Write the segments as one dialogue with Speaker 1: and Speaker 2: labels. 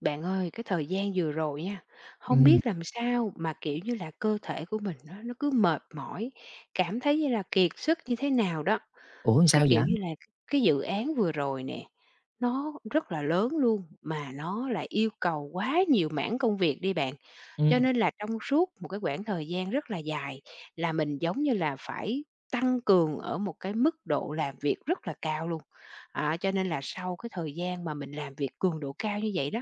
Speaker 1: Bạn ơi, cái thời gian vừa rồi nha, không
Speaker 2: Ừm,
Speaker 1: biết làm sao mà, kiểu như là, cơ thể của mình nó cứ mệt mỏi, cảm thấy như là kiệt sức như thế nào đó.
Speaker 2: ủa,
Speaker 1: Cái
Speaker 2: sao vậy?
Speaker 1: kiểu như là, cái dự án vừa rồi nè, nó rất là lớn luôn, mà nó lại yêu cầu quá nhiều mảng công việc đi bạn. Cho
Speaker 2: Ừm,
Speaker 1: nên là trong suốt một cái quãng thời gian rất là dài là mình giống như là phải tăng cường ở một cái mức độ làm việc rất là cao luôn. À, cho nên là sau cái thời gian mà mình làm việc cường độ cao như vậy đó,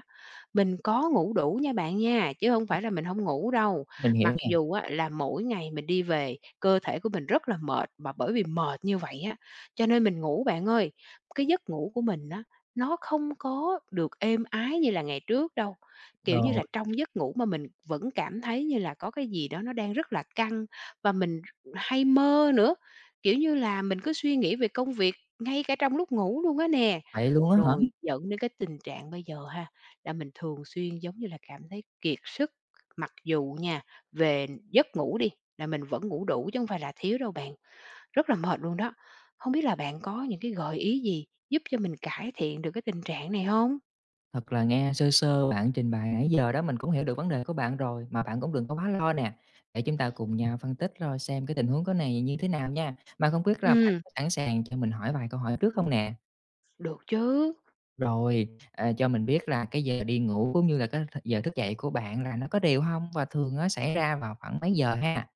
Speaker 1: mình có ngủ đủ nha bạn nha, chứ không phải là mình không ngủ đâu.
Speaker 2: mình hiểu
Speaker 1: Mặc
Speaker 2: nè.
Speaker 1: dù á là mỗi ngày mình đi về, cơ thể của mình rất là mệt, mà bởi vì mệt như vậy á, cho nên mình ngủ bạn ơi. Cái giấc ngủ của mình á, nó không có được êm ái như là ngày trước đâu. Kiểu như
Speaker 2: Rồi,
Speaker 1: là, trong giấc ngủ mà mình vẫn cảm thấy như là có cái gì đó nó đang rất là căng và mình hay mơ nữa, kiểu như là, mình cứ suy nghĩ về công việc ngay cả trong lúc ngủ luôn á nè.
Speaker 2: vậy luôn á hả?
Speaker 1: Rồi dẫn đến cái tình trạng bây giờ ha, là mình thường xuyên, giống như là, cảm thấy kiệt sức, mặc dù nha, về giấc ngủ đi, là mình vẫn ngủ đủ chứ không phải là thiếu đâu bạn, rất là mệt luôn đó. Không biết là bạn có những cái gợi ý gì giúp cho mình cải thiện được cái tình trạng này không?
Speaker 2: Thật là nghe sơ sơ bạn trình bày nãy giờ đó, mình cũng hiểu được vấn đề của bạn rồi, mà bạn cũng đừng có quá lo nè. Để chúng ta cùng nhau phân tích rồi xem cái tình huống cái này như thế nào nha. Mà không biết là bạn
Speaker 1: Ừ,
Speaker 2: có sẵn sàng cho mình hỏi vài câu hỏi trước không nè?
Speaker 1: được chứ.
Speaker 2: Rồi, cho mình biết là cái giờ đi ngủ cũng như là cái th giờ thức dậy của bạn là nó có đều không? Và thường nó xảy ra vào khoảng mấy giờ ha?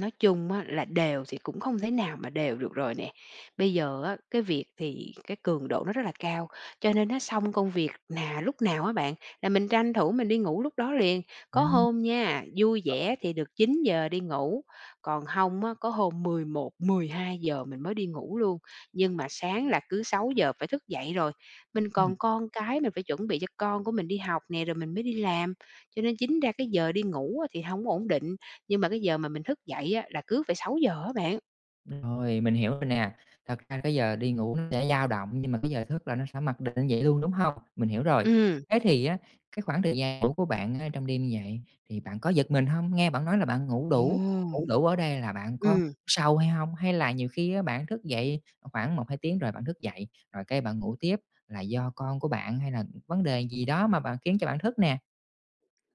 Speaker 1: Nói chung á là đều thì cũng không thể nào mà đều được rồi nè. Bây giờ á, cái việc thì cái cường độ nó rất là cao, cho nên nó xong công việc nà lúc nào á bạn, là mình tranh thủ mình đi ngủ lúc đó liền.
Speaker 2: À,
Speaker 1: Có hôm nha, vui vẻ thì được 9 giờ đi ngủ, còn không á, có hôm 10 11, 12 giờ mình mới đi ngủ luôn. Nhưng mà sáng là cứ 6 giờ phải thức dậy rồi, mình còn con cái, mình phải chuẩn bị cho con của mình đi học nè, rồi mình mới đi làm, cho nên chính ra cái giờ đi ngủ á thì không ổn định. Nhưng mà cái giờ mà mình thức dậy á là cứ phải 6 giờ á bạn.
Speaker 2: rồi, mình hiểu rồi nè. Thật ra cái giờ đi ngủ nó sẽ dao động, nhưng mà cái giờ thức là nó sẽ mặc định vậy luôn, đúng không? Mình hiểu rồi.
Speaker 1: Ừm,
Speaker 2: Thế thì á, cái khoảng thời gian ngủ của bạn á, trong đêm như vậy thì bạn có giật mình không? Nghe bạn nói là bạn
Speaker 1: ừm,
Speaker 2: ngủ đủ ở đây là bạn có
Speaker 1: ừm.
Speaker 2: sâu hay không? Hay là nhiều khi á, bạn thức dậy khoảng một 2 tiếng rồi bạn thức dậy, rồi cái bạn ngủ tiếp là do con của bạn hay là vấn đề gì đó mà bạn khiến cho bạn thức nè?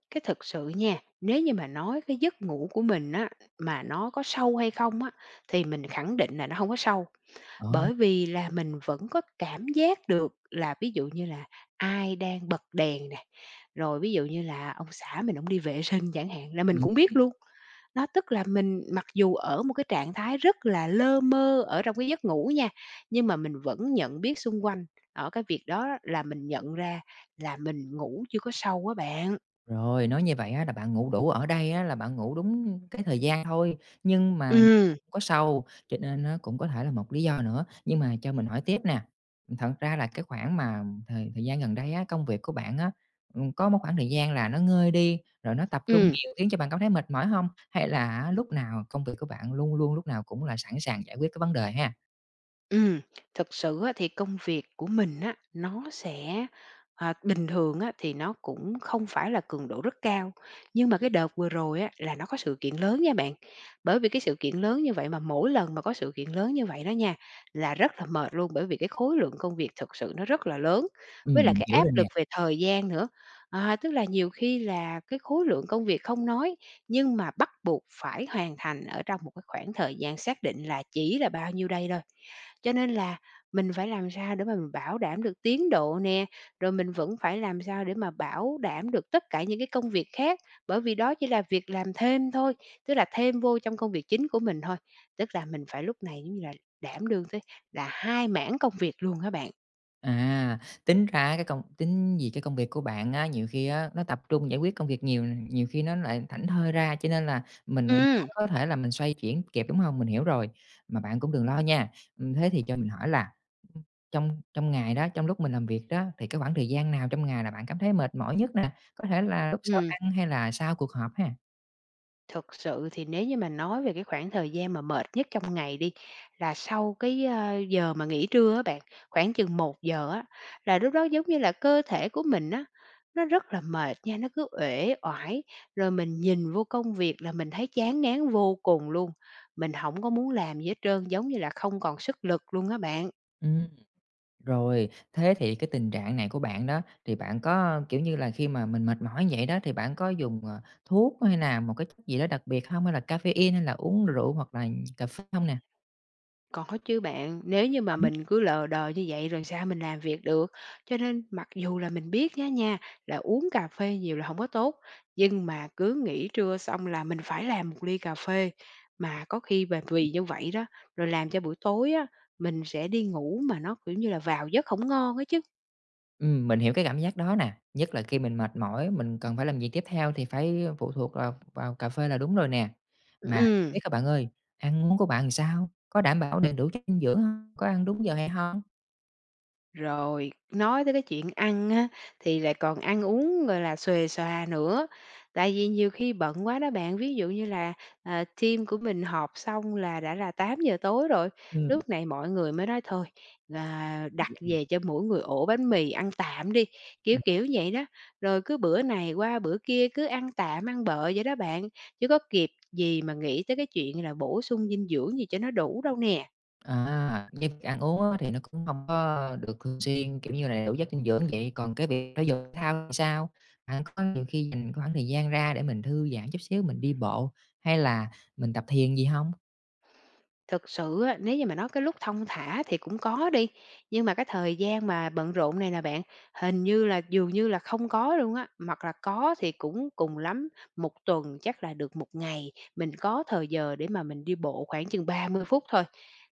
Speaker 1: Cái thực sự nha, nếu như mà nói cái giấc ngủ của mình á, mà nó có sâu hay không á, thì mình khẳng định là nó không có sâu.
Speaker 2: Ờ.
Speaker 1: Bởi vì là mình vẫn có cảm giác được là ví dụ như là ai đang bật đèn nè, rồi ví dụ như là ông xã mình ổng đi vệ sinh chẳng hạn là mình cũng biết luôn. Đó, tức là mình mặc dù ở một cái trạng thái rất là lơ mơ ở trong cái giấc ngủ nha, nhưng mà mình vẫn nhận biết xung quanh, ở cái việc đó là mình nhận ra là mình ngủ chưa có sâu á bạn.
Speaker 2: Rồi, nói như vậy á là bạn ngủ đủ ở đây á là bạn ngủ đúng cái thời gian thôi, nhưng mà
Speaker 1: Ừ,
Speaker 2: không có sâu, cho nên nó cũng có thể là một lý do nữa. Nhưng mà cho mình hỏi tiếp nè, thật ra là cái khoảng mà thời thời gian gần đây á, công việc của bạn á, có một khoảng thời gian là nó ngơi đi, rồi nó tập trung
Speaker 1: ừ.
Speaker 2: nhiều khiến cho bạn cảm thấy mệt mỏi hông? Hay là á lúc nào công việc của bạn luôn luôn lúc nào cũng là sẵn sàng giải quyết cái vấn đề ha?
Speaker 1: Ừ, thực sự á thì công việc của mình á, nó sẽ à, bình thường á thì nó cũng không phải là cường độ rất cao, nhưng mà cái đợt vừa rồi á là nó có sự kiện lớn nha bạn. Bởi vì cái sự kiện lớn như vậy mà mỗi lần mà có sự kiện lớn như vậy đó nha, là rất là mệt luôn, bởi vì cái khối lượng công việc thực sự nó rất là lớn, với
Speaker 2: Ừm,
Speaker 1: lại
Speaker 2: mình
Speaker 1: cái
Speaker 2: hiểu
Speaker 1: áp
Speaker 2: rồi nè.
Speaker 1: lực về thời gian nữa. À, tức là nhiều khi là cái khối lượng công việc không nói, nhưng mà bắt buộc phải hoàn thành ở trong một cái khoảng thời gian xác định là chỉ là bao nhiêu đây thôi. Cho nên là mình phải làm sao để mà mình bảo đảm được tiến độ nè, rồi mình vẫn phải làm sao để mà bảo đảm được tất cả những cái công việc khác, bởi vì đó chỉ là việc làm thêm thôi, tức là thêm vô trong công việc chính của mình thôi. Tức là mình phải lúc này giống như là đảm đương tới là hai mảng công việc luôn các bạn.
Speaker 2: À, tính ra cái công tính vì cái công việc của bạn á, nhiều khi á, nó tập trung giải quyết công việc nhiều, nhiều khi nó lại thảnh thơi ra, cho nên là mình khó
Speaker 1: Ừ,
Speaker 2: có thể là mình xoay chuyển kịp, đúng không? Mình hiểu rồi, mà bạn cũng đừng lo nha. Thế thì cho mình hỏi là, ưm, trong trong ngày đó, trong lúc mình làm việc đó, thì cái khoảng thời gian nào trong ngày là bạn cảm thấy mệt mỏi nhất nè? Có thể là lúc sau
Speaker 1: ừ.
Speaker 2: ăn hay là sau cuộc họp ha?
Speaker 1: Thực sự thì nếu như mà nói về cái khoảng thời gian mà mệt nhất trong ngày đi, là sau cái giờ mà nghỉ trưa á bạn, khoảng chừng 1 giờ á, là lúc đó giống như là cơ thể của mình á, nó rất là mệt nha, nó cứ uể oải, rồi mình nhìn vô công việc là mình thấy chán ngán vô cùng luôn, mình không có muốn làm gì hết trơn, giống như là không còn sức lực luôn á bạn.
Speaker 2: Ừm. Rồi, thế thì cái tình trạng này của bạn đó, thì bạn có, kiểu như là, khi mà mình mệt mỏi vậy đó, thì bạn có dùng, thuốc hay là một cái chất gì đó đặc biệt không? Hay là caffeine hay là uống rượu hoặc là cà phê không nè?
Speaker 1: Có chứ bạn, nếu như mà
Speaker 2: Lắm.
Speaker 1: mình cứ lờ đờ như vậy rồi sao mình làm việc được. Cho nên mặc dù là mình biết nhá nha, là uống cà phê nhiều là không có tốt, nhưng mà cứ nghỉ trưa xong là mình phải làm một ly cà phê. Mà có khi mà vì như vậy đó, rồi làm cho buổi tối á, mình sẽ đi ngủ mà nó, kiểu như là, vào giấc không ngon á chứ.
Speaker 2: Mình hiểu cái cảm giác đó nè, nhất là khi mình mệt mỏi, mình cần phải làm gì tiếp theo thì phải phụ thuộc vào vào cà phê là đúng rồi nè. Mà không
Speaker 1: Ừm.
Speaker 2: biết các bạn ơi, ăn uống của bạn làm sao? Có đảm bảo đầy đủ chất dinh dưỡng không? Có ăn đúng giờ hay không?
Speaker 1: Rồi, nói tới cái chuyện ăn á, thì lại còn ăn uống, gọi là, xuề xòa nữa. Tại vì nhiều khi bận quá đó bạn, ví dụ như là, team của mình họp xong là đã là 8 giờ tối rồi, lúc này mọi người mới nói thôi, là đặt về cho mỗi người ổ bánh mì ăn tạm đi, kiểu,
Speaker 2: Ừm.
Speaker 1: kiểu vậy đó. Rồi cứ bữa này qua bữa kia cứ ăn tạm, ăn bợ vậy đó bạn, chứ có kịp gì mà nghĩ tới cái chuyện là bổ sung dinh dưỡng gì cho nó đủ đâu nè.
Speaker 2: À, với việc ăn uống á thì nó cũng không có được thường xuyên, kiểu như là, đầy đủ chất dinh dưỡng vậy, còn cái việc thể dục thể thao thì sao? Bạn có nhiều khi dành khoảng thời gian ra để mình thư giãn chút xíu, mình đi bộ hay là mình tập thiền gì không?
Speaker 1: Thực sự á, nếu như mà nói cái lúc thong thả thì cũng có đi, nhưng mà cái thời gian mà bận rộn này nè bạn, hình như là dường như là không có luôn á, hoặc là có thì cũng cùng lắm một tuần chắc là được một ngày, mình có thời giờ để mà mình đi bộ khoảng chừng 30 phút thôi.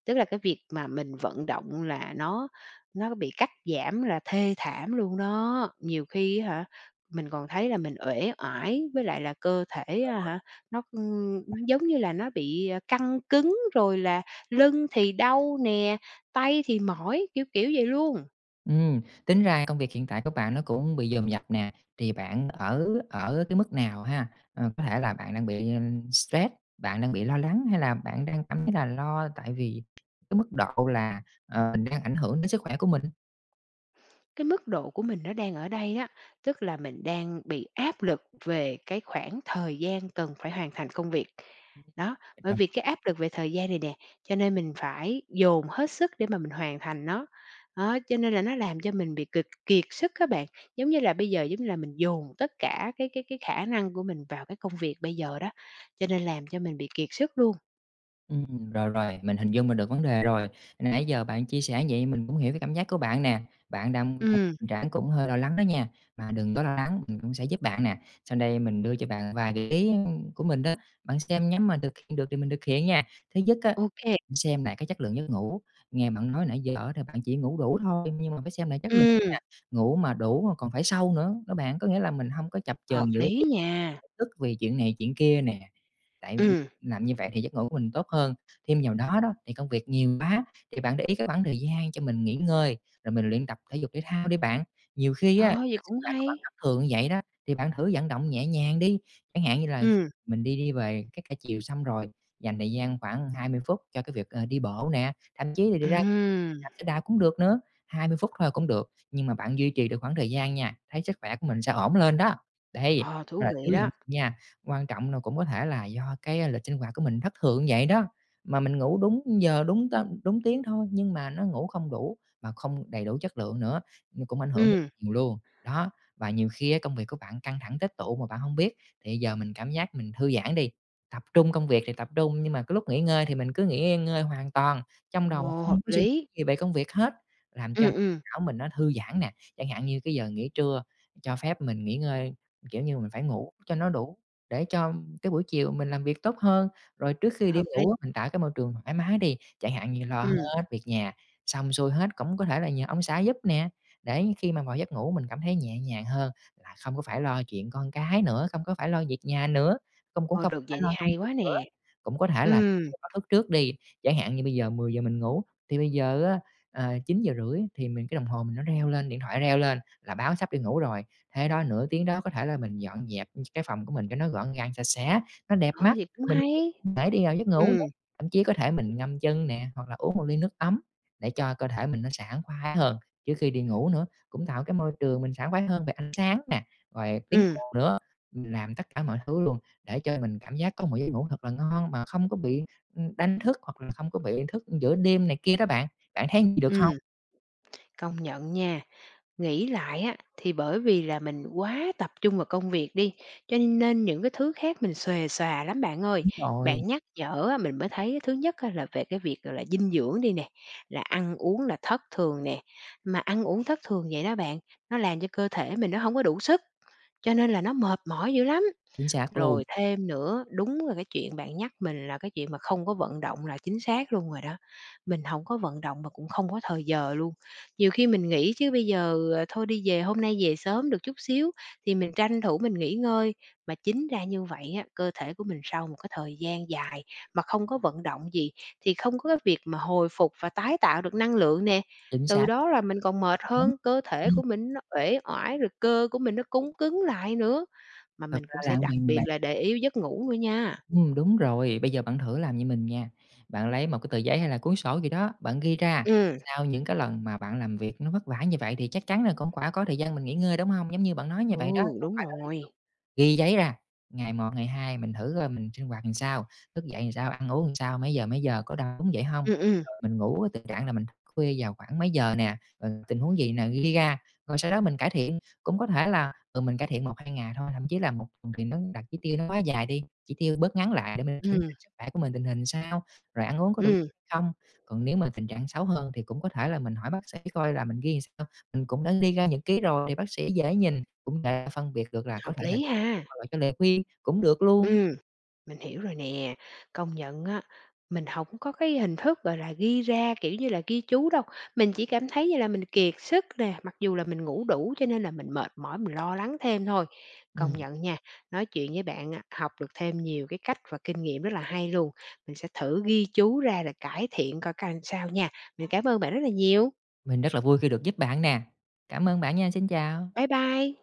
Speaker 1: Tức là cái việc mà mình vận động là nó bị cắt giảm là thê thảm luôn đó. Nhiều khi hả, mình còn thấy là mình uể oải với lại là cơ thể á hả nó giống như là nó bị, căng cứng, rồi là lưng thì đau nè, tay thì mỏi, kiểu, kiểu vậy luôn.
Speaker 2: Ừm, tính ra công việc hiện tại của bạn nó cũng bị dồn dập nè, thì bạn ở ở cái mức nào ha? Có thể là bạn đang bị, stress, bạn đang bị lo lắng hay là bạn đang cảm thấy là lo tại vì cái mức độ là, mình đang ảnh hưởng đến sức khỏe của mình?
Speaker 1: Cái mức độ của mình nó đang ở đây đó, tức là mình đang bị áp lực về cái khoảng thời gian cần phải hoàn thành công việc. Đó, bởi vì cái áp lực về thời gian này nè, cho nên mình phải dồn hết sức để mà mình hoàn thành nó. Đó, cho nên là nó làm cho mình bị kiệt kiệt sức các bạn. Giống như là bây giờ giống như là mình dồn tất cả cái khả năng của mình vào cái công việc bây giờ đó, cho nên làm cho mình bị kiệt sức luôn.
Speaker 2: Rồi, mình hình dung mình được vấn đề rồi. Nãy giờ bạn chia sẻ vậy mình cũng hiểu cái cảm giác của bạn nè, bạn đang trong
Speaker 1: Ừm,
Speaker 2: tình trạng cũng hơi lo lắng đó nha, mà đừng có lo lắng, mình cũng sẽ giúp bạn nè. Sau đây mình đưa cho bạn vài gợi ý của mình đó, bạn xem nhắm mà thực hiện được thì mình thực hiện nha. Thứ nhất á,
Speaker 1: ô kê,
Speaker 2: xem lại cái chất lượng giấc ngủ, nghe bạn nói nãy giờ thì bạn chỉ ngủ đủ thôi nhưng mà phải xem lại chất lượng nha, ngủ mà đủ mà còn phải sâu nữa đó bạn, có nghĩa là mình không có chập chờn
Speaker 1: hợp
Speaker 2: giữa
Speaker 1: lý nha.
Speaker 2: tức vì chuyện này chuyện kia nè, tại
Speaker 1: Ừm,
Speaker 2: làm như vậy thì giấc ngủ của mình tốt hơn. Thêm vào đó đó, thì công việc nhiều quá thì bạn để ý cái khoảng thời gian cho mình nghỉ ngơi, rồi mình luyện tập thể dục thể thao đi bạn. Nhiều khi á, là
Speaker 1: ờ, vậy
Speaker 2: sức
Speaker 1: cũng
Speaker 2: khỏe của bạn
Speaker 1: hay.
Speaker 2: thất thường như vậy đó, thì bạn thử vận động nhẹ nhàng đi, chẳng hạn như là
Speaker 1: Ừm.
Speaker 2: mình đi đi về cái cả chiều xong rồi, dành thời gian khoảng 20 phút cho cái việc, đi bộ nè, thậm chí là đi ra công
Speaker 1: Ừm,
Speaker 2: viên đạp xe đạp cũng được nữa, 20 phút thôi cũng được, nhưng mà bạn duy trì được khoảng thời gian nha, thấy sức khỏe của mình sẽ ổn lên đó. Đây.
Speaker 1: ờ,
Speaker 2: Ờ,
Speaker 1: thú vị
Speaker 2: thiếu dinh
Speaker 1: đó.
Speaker 2: dưỡng nha, quan trọng là cũng có thể là do cái lịch sinh hoạt của mình thất thường vậy đó, mà mình ngủ đúng giờ, đúng tiếng thôi, nhưng mà nó ngủ không đủ và không đầy đủ chất lượng nữa, nhưng cũng ảnh hưởng rất
Speaker 1: Ừm,
Speaker 2: nhiều luôn. Đó, và nhiều khi á công việc của bạn căng thẳng tích tụ mà bạn hông biết, thì giờ mình cảm giác mình thư giãn đi, tập trung công việc thì tập trung, nhưng mà cái lúc nghỉ ngơi thì mình cứ nghỉ ngơi hoàn toàn, trong đầu
Speaker 1: ồ,
Speaker 2: không
Speaker 1: hợp
Speaker 2: có suy nghĩ
Speaker 1: lý.
Speaker 2: gì về công việc hết, làm cho
Speaker 1: Ừm, ừm,
Speaker 2: não mình nó thư giãn nè. Chẳng hạn như cái giờ nghỉ trưa cho phép mình nghỉ ngơi. Kiểu như, mình phải ngủ cho nó đủ để cho cái buổi chiều mình làm việc tốt hơn. Rồi trước khi đi
Speaker 1: hợp lý.
Speaker 2: ngủ á, mình tạo cái môi trường thoải mái đi, chẳng hạn như lo
Speaker 1: Ừm,
Speaker 2: hết việc nhà, xong xuôi hết cũng có thể là nhờ ông xã giúp nè, để khi mà vào giấc ngủ mình cảm thấy nhẹ nhàng hơn, là không có phải lo chuyện con cái nữa, không có phải lo việc nhà nữa, không cũng
Speaker 1: ờ,
Speaker 2: không
Speaker 1: được
Speaker 2: phải
Speaker 1: vậy thì
Speaker 2: lo công
Speaker 1: hay
Speaker 2: việc
Speaker 1: quá
Speaker 2: nữa.
Speaker 1: nè.
Speaker 2: Cũng có thể là
Speaker 1: Ừm,
Speaker 2: báo thức trước đi, chẳng hạn như bây giờ 10 giờ mình ngủ, thì bây giờ á, 9 giờ rưỡi thì mình cái đồng hồ mình nó reo lên, điện thoại reo lên là báo sắp đi ngủ rồi, thế đó nửa tiếng đó có thể là mình dọn dẹp cái phòng của mình cho nó gọn gàng, sạch sẽ, nó đẹp
Speaker 1: ờ,
Speaker 2: mắt,
Speaker 1: vậy cũng
Speaker 2: mình
Speaker 1: hay.
Speaker 2: cũng dễ đi vào giấc ngủ nữa.
Speaker 1: Ừm,
Speaker 2: Thậm chí có thể mình ngâm chân nè, hoặc là uống một ly nước ấm để cho cơ thể mình nó sảng khoái hơn trước khi đi ngủ nữa, cũng tạo cái môi trường mình sảng khoái hơn về ánh sáng nè, rồi tiếng
Speaker 1: ừm,
Speaker 2: ồn nữa. Mình làm tất cả mọi thứ luôn để cho mình cảm giác có một giấc ngủ thật là ngon mà không có bị, đánh thức hoặc là không có bị thức giữa đêm này kia đó bạn. Bạn thấy gì được không?
Speaker 1: ừm, công nhận nha. Nghĩ lại á, thì bởi vì là mình quá tập trung vào công việc đi, cho nên những cái thứ khác mình xuề xòa lắm bạn ơi.
Speaker 2: Đúng rồi,
Speaker 1: Bạn nhắc nhở á, mình mới thấy thứ nhất á, là về cái việc, gọi là, dinh dưỡng đi nè, là ăn uống là thất thường nè. Mà ăn uống thất thường vậy đó bạn, nó làm cho cơ thể mình nó hông có đủ sức. Cho nên là nó mệt mỏi dữ lắm.
Speaker 2: chính xác luôn,
Speaker 1: Rồi thêm nữa, đúng là cái chuyện bạn nhắc mình là cái chuyện mà không có vận động là chính xác luôn rồi đó. Mình không có vận động mà cũng không có thời giờ luôn. Nhiều khi mình nghĩ chứ bây giờ, thôi đi về hôm nay về sớm được chút xíu thì mình tranh thủ mình nghỉ ngơi, mà chính ra như vậy á, cơ thể của mình sau một cái thời gian dài mà không có vận động gì thì không có cái việc mà hồi phục và tái tạo được năng lượng nè.
Speaker 2: chính
Speaker 1: Từ
Speaker 2: xác.
Speaker 1: đó là mình còn mệt hơn, cơ thể
Speaker 2: Ừm,
Speaker 1: của mình nó uể oải, rồi cơ của mình nó cứng cứng lại nữa. Mà
Speaker 2: thật
Speaker 1: mình
Speaker 2: ra
Speaker 1: cũng
Speaker 2: là
Speaker 1: sẽ
Speaker 2: ông
Speaker 1: đặc biệt
Speaker 2: bạn.
Speaker 1: là để ý giấc ngủ nữa nha.
Speaker 2: Đúng rồi. Bây giờ bạn thử làm như mình nha, bạn lấy một cái tờ giấy hay là cuốn sổ gì đó, bạn ghi ra
Speaker 1: Ừm.
Speaker 2: sau những cái lần mà bạn làm việc nó vất vả như vậy thì chắc chắn là cũng quả có thời gian mình nghỉ ngơi, đúng không? Giống như bạn nói như
Speaker 1: Ừ,
Speaker 2: vậy đó, không
Speaker 1: đúng
Speaker 2: phải là liên
Speaker 1: rồi.
Speaker 2: tục ghi giấy ra, ngày một ngày 2 mình thử coi mình sinh hoạt làm sao, thức dậy làm sao, ăn uống làm sao, mấy giờ, có đau đúng vậy không?
Speaker 1: Ừm, ừm.
Speaker 2: Rồi mình ngủ á, tình trạng là mình thức khuya vào khoảng mấy giờ nè, rồi tình huống gì nè, ghi ra, rồi sau đó mình cải thiện. Cũng có thể là, mình cải thiện một 2 ngày thôi, thậm chí là một tuần thì nó đặt chỉ tiêu nó quá dài đi, chỉ tiêu bớt ngắn lại để mình kiểm tra
Speaker 1: Ừm,
Speaker 2: sức khỏe của mình tình hình sao, rồi ăn uống có đủ chất
Speaker 1: ừm,
Speaker 2: hay không. Còn nếu mà tình trạng xấu hơn thì cũng có thể là mình hỏi bác sĩ coi là mình ghi làm sao, mình cũng đã đi ra những ký rồi thì bác sĩ dễ nhìn, cũng dễ phân biệt được là có
Speaker 1: hợp
Speaker 2: thể là
Speaker 1: lý ha.
Speaker 2: hoặc là cho lời khuyên cũng được luôn.
Speaker 1: Ừm, mình hiểu rồi nè. Công nhận á, mình hổng có cái hình thức, gọi là, ghi ra, kiểu như là, ghi chú đâu. Mình chỉ cảm thấy như là mình kiệt sức nè, mặc dù là mình ngủ đủ cho nên là mình mệt mỏi, mình lo lắng thêm thôi. Công
Speaker 2: Ừm,
Speaker 1: nhận nha, nói chuyện với bạn á, học được thêm nhiều cái cách và kinh nghiệm rất là hay luôn. Mình sẽ thử ghi chú ra rồi cải thiện coi coi sao nha. Mình cảm ơn bạn rất là nhiều.
Speaker 2: mình rất là vui khi được giúp bạn nè. Cảm ơn bạn nha, xin chào.
Speaker 1: Bye bye.